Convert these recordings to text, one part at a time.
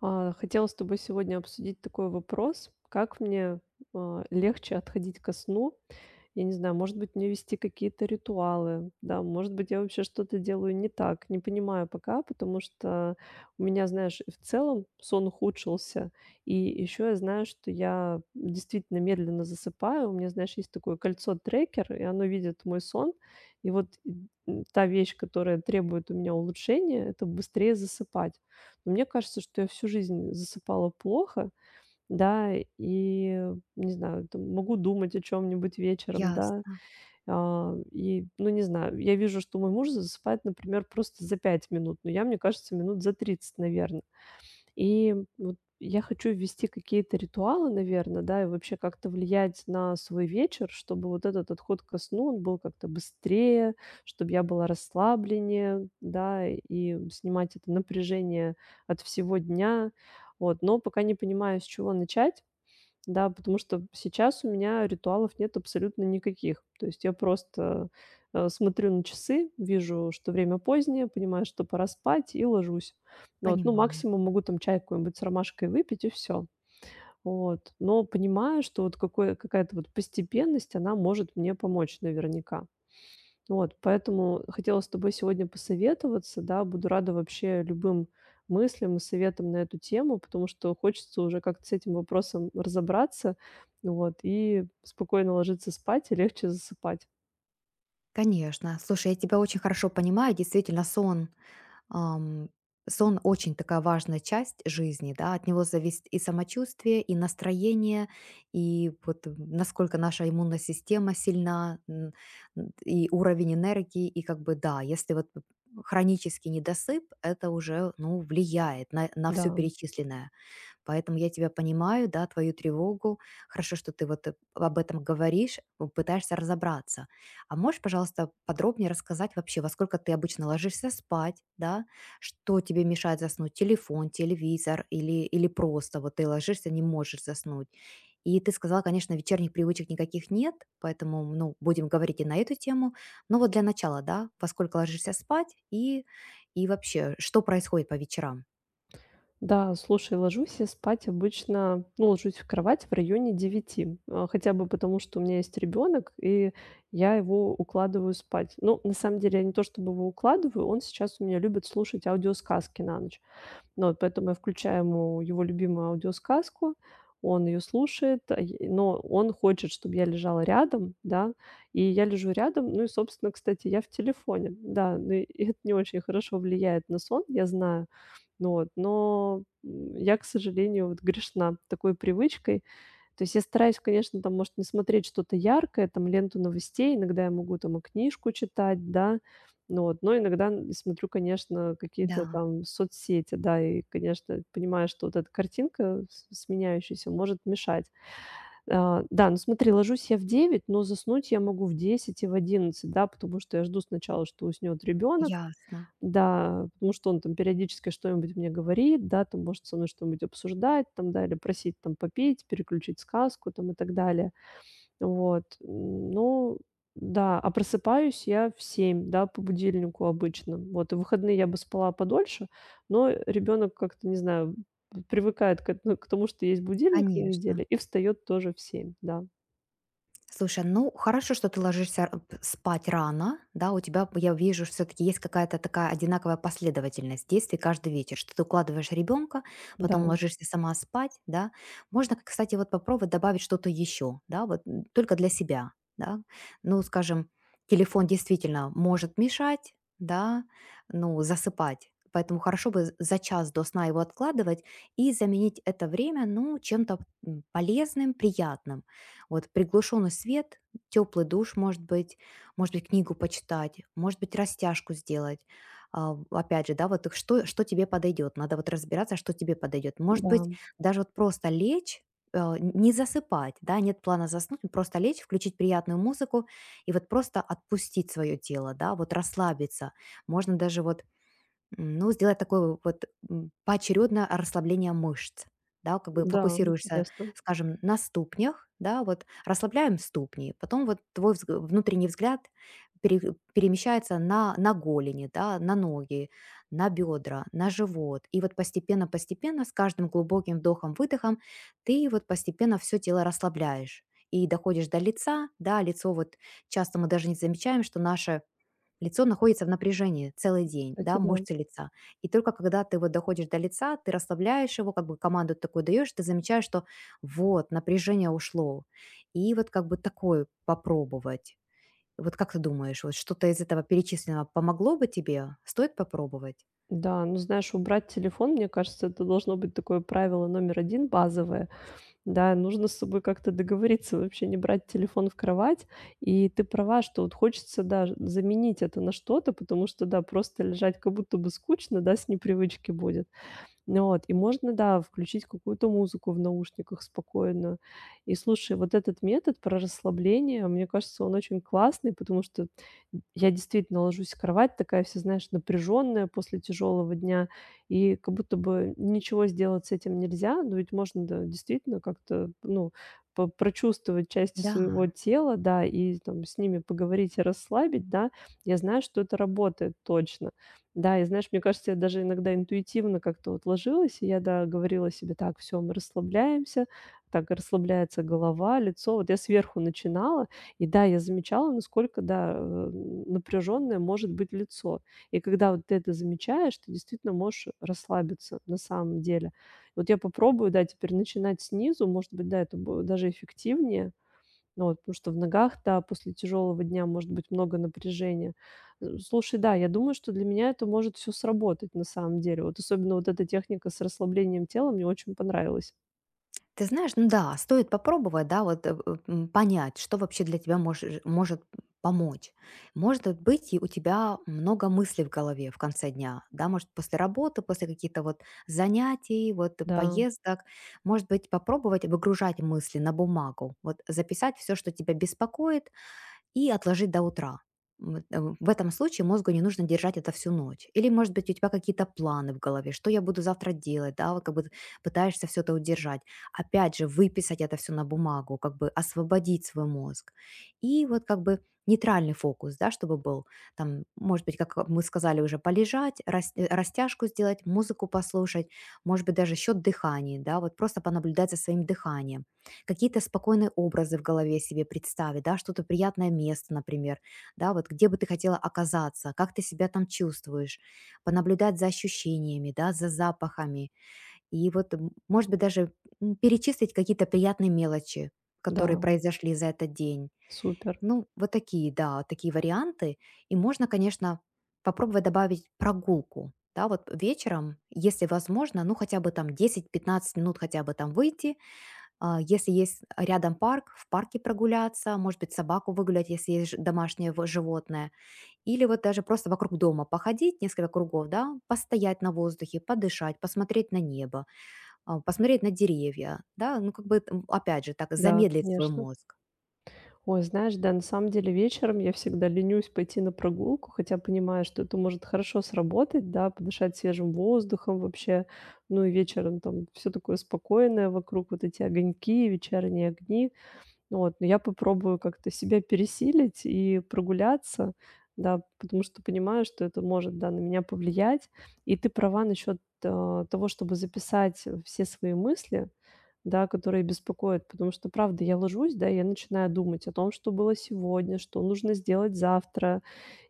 Хотела с тобой сегодня обсудить такой вопрос, как мне легче отходить ко сну. Я не знаю, может быть, мне вести какие-то ритуалы, да, может быть, я вообще что-то делаю не так, не понимаю пока, потому что у меня, знаешь, и в целом сон ухудшился, и еще я знаю, что я действительно медленно засыпаю, у меня, знаешь, есть такое кольцо-трекер, и оно видит мой сон, и вот та вещь, которая требует у меня улучшения, это быстрее засыпать. Мне кажется, что я всю жизнь засыпала плохо, да, и, не знаю, там могу думать о чем нибудь вечером, да. Ясно, И, ну, не знаю, я вижу, что мой муж засыпает, например, просто за 5 минут, но я, мне кажется, минут за 30, наверное. И вот я хочу ввести какие-то ритуалы, наверное, да, и вообще как-то влиять на свой вечер, чтобы вот этот отход ко сну, он был как-то быстрее, чтобы я была расслабленнее, да, и снимать это напряжение от всего дня. Вот, но пока не понимаю, с чего начать. Да, потому что сейчас у меня ритуалов нет абсолютно никаких. То есть я просто, смотрю на часы, вижу, что время позднее, понимаю, что пора спать, и ложусь. Ну вот, ну, понимаю. максимум могу там чай какой-нибудь с ромашкой выпить, и все. Вот, но понимаю, что вот какое какая-то вот постепенность, она может мне помочь наверняка. Вот, поэтому хотела с тобой сегодня посоветоваться, да. Буду рада вообще любым мыслям и советам на эту тему, потому что хочется уже как-то с этим вопросом разобраться, вот, и спокойно ложиться спать и легче засыпать. Конечно. Слушай, я тебя очень хорошо понимаю. Действительно, сон, ам, сон очень такая важная часть жизни, да, от него зависит и самочувствие, и настроение, и вот насколько наша иммунная система сильна, и уровень энергии, и как бы да, если вот хронический недосып, это уже, ну, влияет на Да. все перечисленное. Поэтому я тебя понимаю, да, твою тревогу. Хорошо, что ты вот об этом говоришь, пытаешься разобраться. А можешь, пожалуйста, подробнее рассказать вообще, во сколько ты обычно ложишься спать, да? Что тебе мешает заснуть? Телефон, телевизор или просто вот ты ложишься, не можешь заснуть? И ты сказала, конечно, вечерних привычек никаких нет, поэтому, ну, будем говорить и на эту тему. Но вот для начала, да, во сколько ложишься спать, и вообще, что происходит по вечерам? Да, слушай, ложусь я спать обычно, ну, ложусь в кровать в районе 9, хотя бы потому, что у меня есть ребенок, и я его укладываю спать. Ну, на самом деле, я не то чтобы его укладываю, он сейчас у меня любит слушать аудиосказки на ночь. Ну вот поэтому я включаю ему его любимую аудиосказку, он ее слушает, а я но он хочет, чтобы я лежала рядом, да, и я лежу рядом. Ну и, собственно, кстати, я в телефоне, да, ну и это не очень хорошо влияет на сон, я знаю. Ну вот, но, я, к сожалению, вот грешна такой привычкой. То есть я стараюсь, конечно, там, может, не смотреть что-то яркое, там, ленту новостей. Иногда я могу там и книжку читать, да. Ну вот, но иногда н смотрю, конечно, какие-то Да, там соцсети, да, и, конечно, понимаю, что вот эта картинка с сменяющаяся может мешать. Да, ну смотри, ложусь я в 9, но заснуть я могу в 10 и в 11, да, потому что я жду сначала, что уснет ребенок. ясно. Да, потому что он там периодически что-нибудь мне говорит, да, там может со мной что-нибудь обсуждать, там, да, или просить там попеть, переключить сказку там и так далее. Вот, ну да, а просыпаюсь я в 7, да, по будильнику обычно. Вот, и в выходные я бы спала подольше, но ребенок как-то, не знаю, п привыкает к тому, что есть будильник на Конечно. неделе, и встает тоже в 7. Да, Слушай, ну хорошо, что ты ложишься р п спать рано, да, у тебя, я вижу, все таки есть какая-то такая одинаковая последовательность действий каждый вечер, что ты укладываешь ребенка, да, потом ложишься сама спать, да. Можно, кстати, вот попробовать добавить что-то еще, да, вот, только для себя, да. Ну, скажем, телефон действительно может мешать, да, ну, засыпать, поэтому хорошо бы за час до сна его откладывать и заменить это время, ну, чем-то, полезным, приятным. Вот приглушенный свет, теплый душ, может быть, книгу почитать, может быть, растяжку сделать. А, опять же, да, вот так что, что тебе подойдет. Надо вот разбираться, что тебе подойдет. Может быть, да, даже вот просто лечь, не засыпать, да, нет плана заснуть, просто лечь, включить приятную музыку и вот просто отпустить свое тело, да, вот расслабиться. Можно даже сделать такое вот, поочередное расслабление мышц. Да, как бы да, фокусируешься, интересно. скажем, на ступнях, да, вот расслабляем ступни, потом вот твой взг внутренний взгляд перемещается на голени, да, на ноги, на бедра, на живот. И вот постепенно-постепенно, с каждым глубоким вдохом-выдохом ты вот постепенно все тело расслабляешь и доходишь до лица. Да, лицо вот часто мы даже не замечаем, что наше лицо находится в напряжении целый день, Кстати, да, да. мышцы лица. И только когда ты вот доходишь до лица, ты расслабляешь его, как бы команду такую даешь, ты замечаешь, что вот, напряжение ушло. И вот как бы такое попробовать. Вот как ты думаешь, вот что-то из этого перечисленного помогло бы тебе? Стоит попробовать? Да, ну, знаешь, убрать телефон, мне кажется, это должно быть такое правило номер один базовое. Да, нужно с собой как-то договориться, вообще не брать телефон в кровать. И ты права, что вот хочется, да, заменить это на что-то, потому что, да, просто лежать как будто бы скучно, да, с непривычки будет. Ну вот, и можно, да, включить какую-то музыку в наушниках спокойно. И слушай, вот этот метод про расслабление, мне кажется, он очень классный, потому что я действительно ложусь в кровать такая вся, знаешь, напряженная после тяжелого дня, и как будто бы ничего сделать с этим нельзя, но ведь можно, да, действительно как-то, ну, прочувствовать части Да. своего тела, да, и там с ними поговорить и расслабить, да, я знаю, что это работает точно. Да, и знаешь, мне кажется, я даже иногда интуитивно как-то вот ложилась, и я, да, говорила себе: "Так, все, мы расслабляемся". Так расслабляется голова, лицо. Вот я сверху начинала, и да, я замечала, насколько, да, напряженное может быть лицо. И когда вот ты это замечаешь, ты действительно можешь расслабиться на самом деле. Вот я попробую, да, теперь начинать снизу. Может быть, да, это будет даже эффективнее. Ну вот, потому что в ногах, да, после тяжелого дня может быть много напряжения. Слушай, да, я думаю, что для меня это может все сработать на самом деле. Вот особенно вот эта техника с расслаблением тела мне очень понравилась. Ты знаешь, ну да, стоит попробовать, да, вот понять, что вообще для тебя может помочь. Может вот быть, и у тебя много мыслей в голове в конце дня, да, может, после работы, после каких-то вот занятий, вот Да, поездок, может быть, попробовать выгружать мысли на бумагу, вот записать все, что тебя беспокоит, и отложить до утра. В этом случае мозгу не нужно держать это всю ночь. Или, может быть, у тебя какие-то планы в голове, что я буду завтра делать, да, вот как бы пытаешься все это удержать. Опять же, выписать это все на бумагу, как бы освободить свой мозг. И вот как бы нейтральный фокус, да, чтобы был там, может быть, как мы сказали уже, полежать, растяжку сделать, музыку послушать, может быть, даже счет дыхания, да, вот просто понаблюдать за своим дыханием какие-то спокойные образы в голове себе представить, да, что-то приятное место, например, да, вот где бы ты хотела оказаться, как ты себя там чувствуешь, понаблюдать за ощущениями, да, за запахами, и вот, может быть, даже перечислить какие-то приятные мелочи, да, которые произошли за этот день. супер. Ну, вот такие, да, такие варианты. И можно, конечно, попробовать добавить прогулку. Да, вот вечером, если возможно, ну хотя бы там 10-15 минут хотя бы там выйти, а, если есть рядом парк, в парке прогуляться, может быть, собаку выгулять, если есть домашнее животное. Или вот даже просто вокруг дома походить несколько кругов, да, постоять на воздухе, подышать, посмотреть на небо, а, посмотреть на деревья, да, ну как бы, опять же, так Да, замедлить свой конечно. мозг. Ой, знаешь, да, на самом деле вечером я всегда ленюсь пойти на прогулку, хотя понимаю, что это может хорошо сработать, да, подышать свежим воздухом вообще. Ну и вечером там все такое спокойное вокруг, вот эти огоньки, вечерние огни. Ну вот, но я попробую как-то себя пересилить и прогуляться, да, потому что понимаю, что это может, да, на меня повлиять. И ты права насчет, того, чтобы записать все свои мысли, да, которые беспокоят, потому что, правда, я ложусь, да, я начинаю думать о том, что было сегодня, что нужно сделать завтра.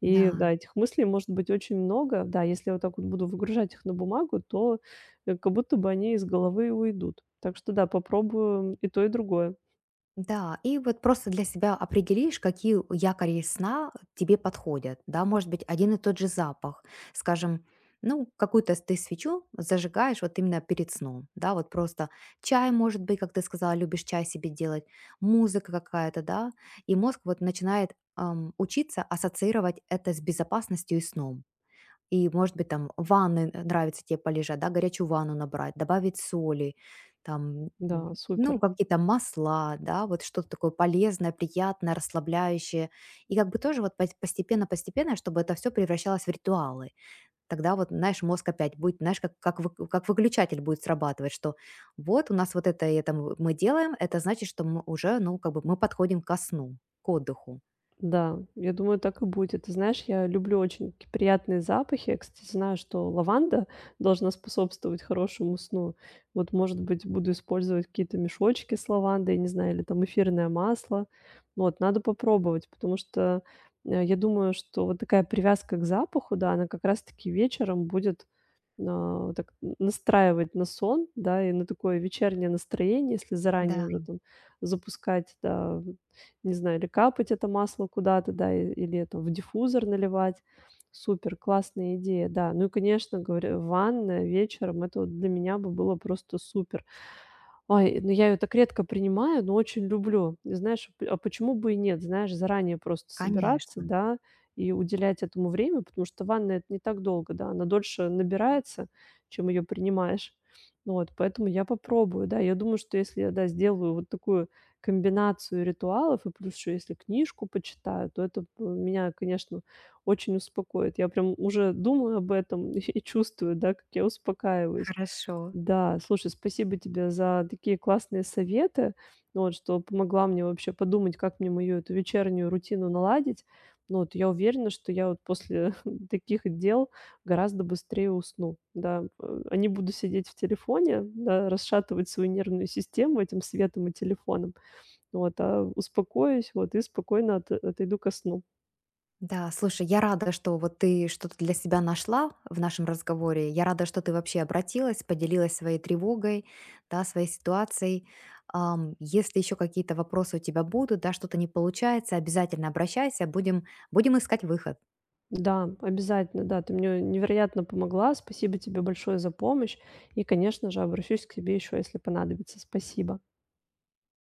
И, Да. да, этих мыслей может быть очень много. Да, если я вот так вот буду выгружать их на бумагу, то, как будто бы они из головы уйдут. Так что да, попробую и то, и другое. Да, и вот просто для себя определишь, какие якори сна тебе подходят. Да, может быть, один и тот же запах. Скажем, ну, какую-то ты свечу зажигаешь вот именно перед сном. Да, вот просто чай, может быть, как ты сказала, любишь чай себе делать, музыка какая-то, да. И мозг вот начинает учиться ассоциировать это с безопасностью и сном. И, может быть, там в нравится тебе полежать, да, горячую ванну набрать, добавить соли, там, Да, ну, супер. какие-то масла, да, вот что-то такое полезное, приятное, расслабляющее. И как бы тоже вот постепенно-постепенно, чтобы это все превращалось в ритуалы. Тогда вот, знаешь, мозг опять будет, знаешь, как, как выключатель будет срабатывать, что вот у нас вот это и это мы делаем, это значит, что мы уже, ну, как бы мы подходим ко сну, к отдыху. Да, я думаю, так и будет. Ты знаешь, я люблю очень такие приятные запахи. Я, кстати, знаю, что лаванда должна способствовать хорошему сну. Вот, может быть, буду использовать какие-то мешочки с лавандой, не знаю, или там эфирное масло. Вот, надо попробовать, потому что я думаю, что вот такая привязка к запаху, да, она как раз-таки вечером будет так настраивать на сон, да, и на такое вечернее настроение, если заранее Да, уже там запускать, да, не знаю, или капать это масло куда-то, да, и или это в диффузор наливать. Супер, классная идея, да. Ну и, конечно, говорю, ванная вечером - это вот для меня бы было просто супер. Ой, ну я ее так редко принимаю, но очень люблю. И знаешь, п а почему бы и нет? Знаешь, заранее просто собираться, конечно. да, и уделять этому время, потому что ванна - это не так долго, да, она дольше набирается, чем ее принимаешь. Ну вот, поэтому я попробую, да. Я думаю, что если я, да, сделаю вот такую комбинацию ритуалов и плюс еще если книжку почитаю, то это п меня, конечно, очень успокоит. Я прям уже думаю об этом и чувствую, да, как я успокаиваюсь. Хорошо. Да, слушай, спасибо тебе за такие классные советы, ну вот, что помогла мне вообще подумать, как мне мою эту вечернюю рутину наладить. Ну вот, я уверена, что я вот после таких дел гораздо быстрее усну, да, а не буду сидеть в телефоне, да, расшатывать свою нервную систему этим светом и телефоном, ну вот, а успокоюсь, вот, и спокойно от отойду ко сну. Да, слушай, я рада, что вот ты что-то для себя нашла в нашем разговоре. Я рада, что ты вообще обратилась, поделилась своей тревогой, да, своей ситуацией. Если еще какие-то вопросы у тебя будут, да, что-то не получается, обязательно обращайся, будем искать выход. Да, обязательно, да, ты мне невероятно помогла. Спасибо тебе большое за помощь. И, конечно же, обращусь к тебе еще, если понадобится. Спасибо.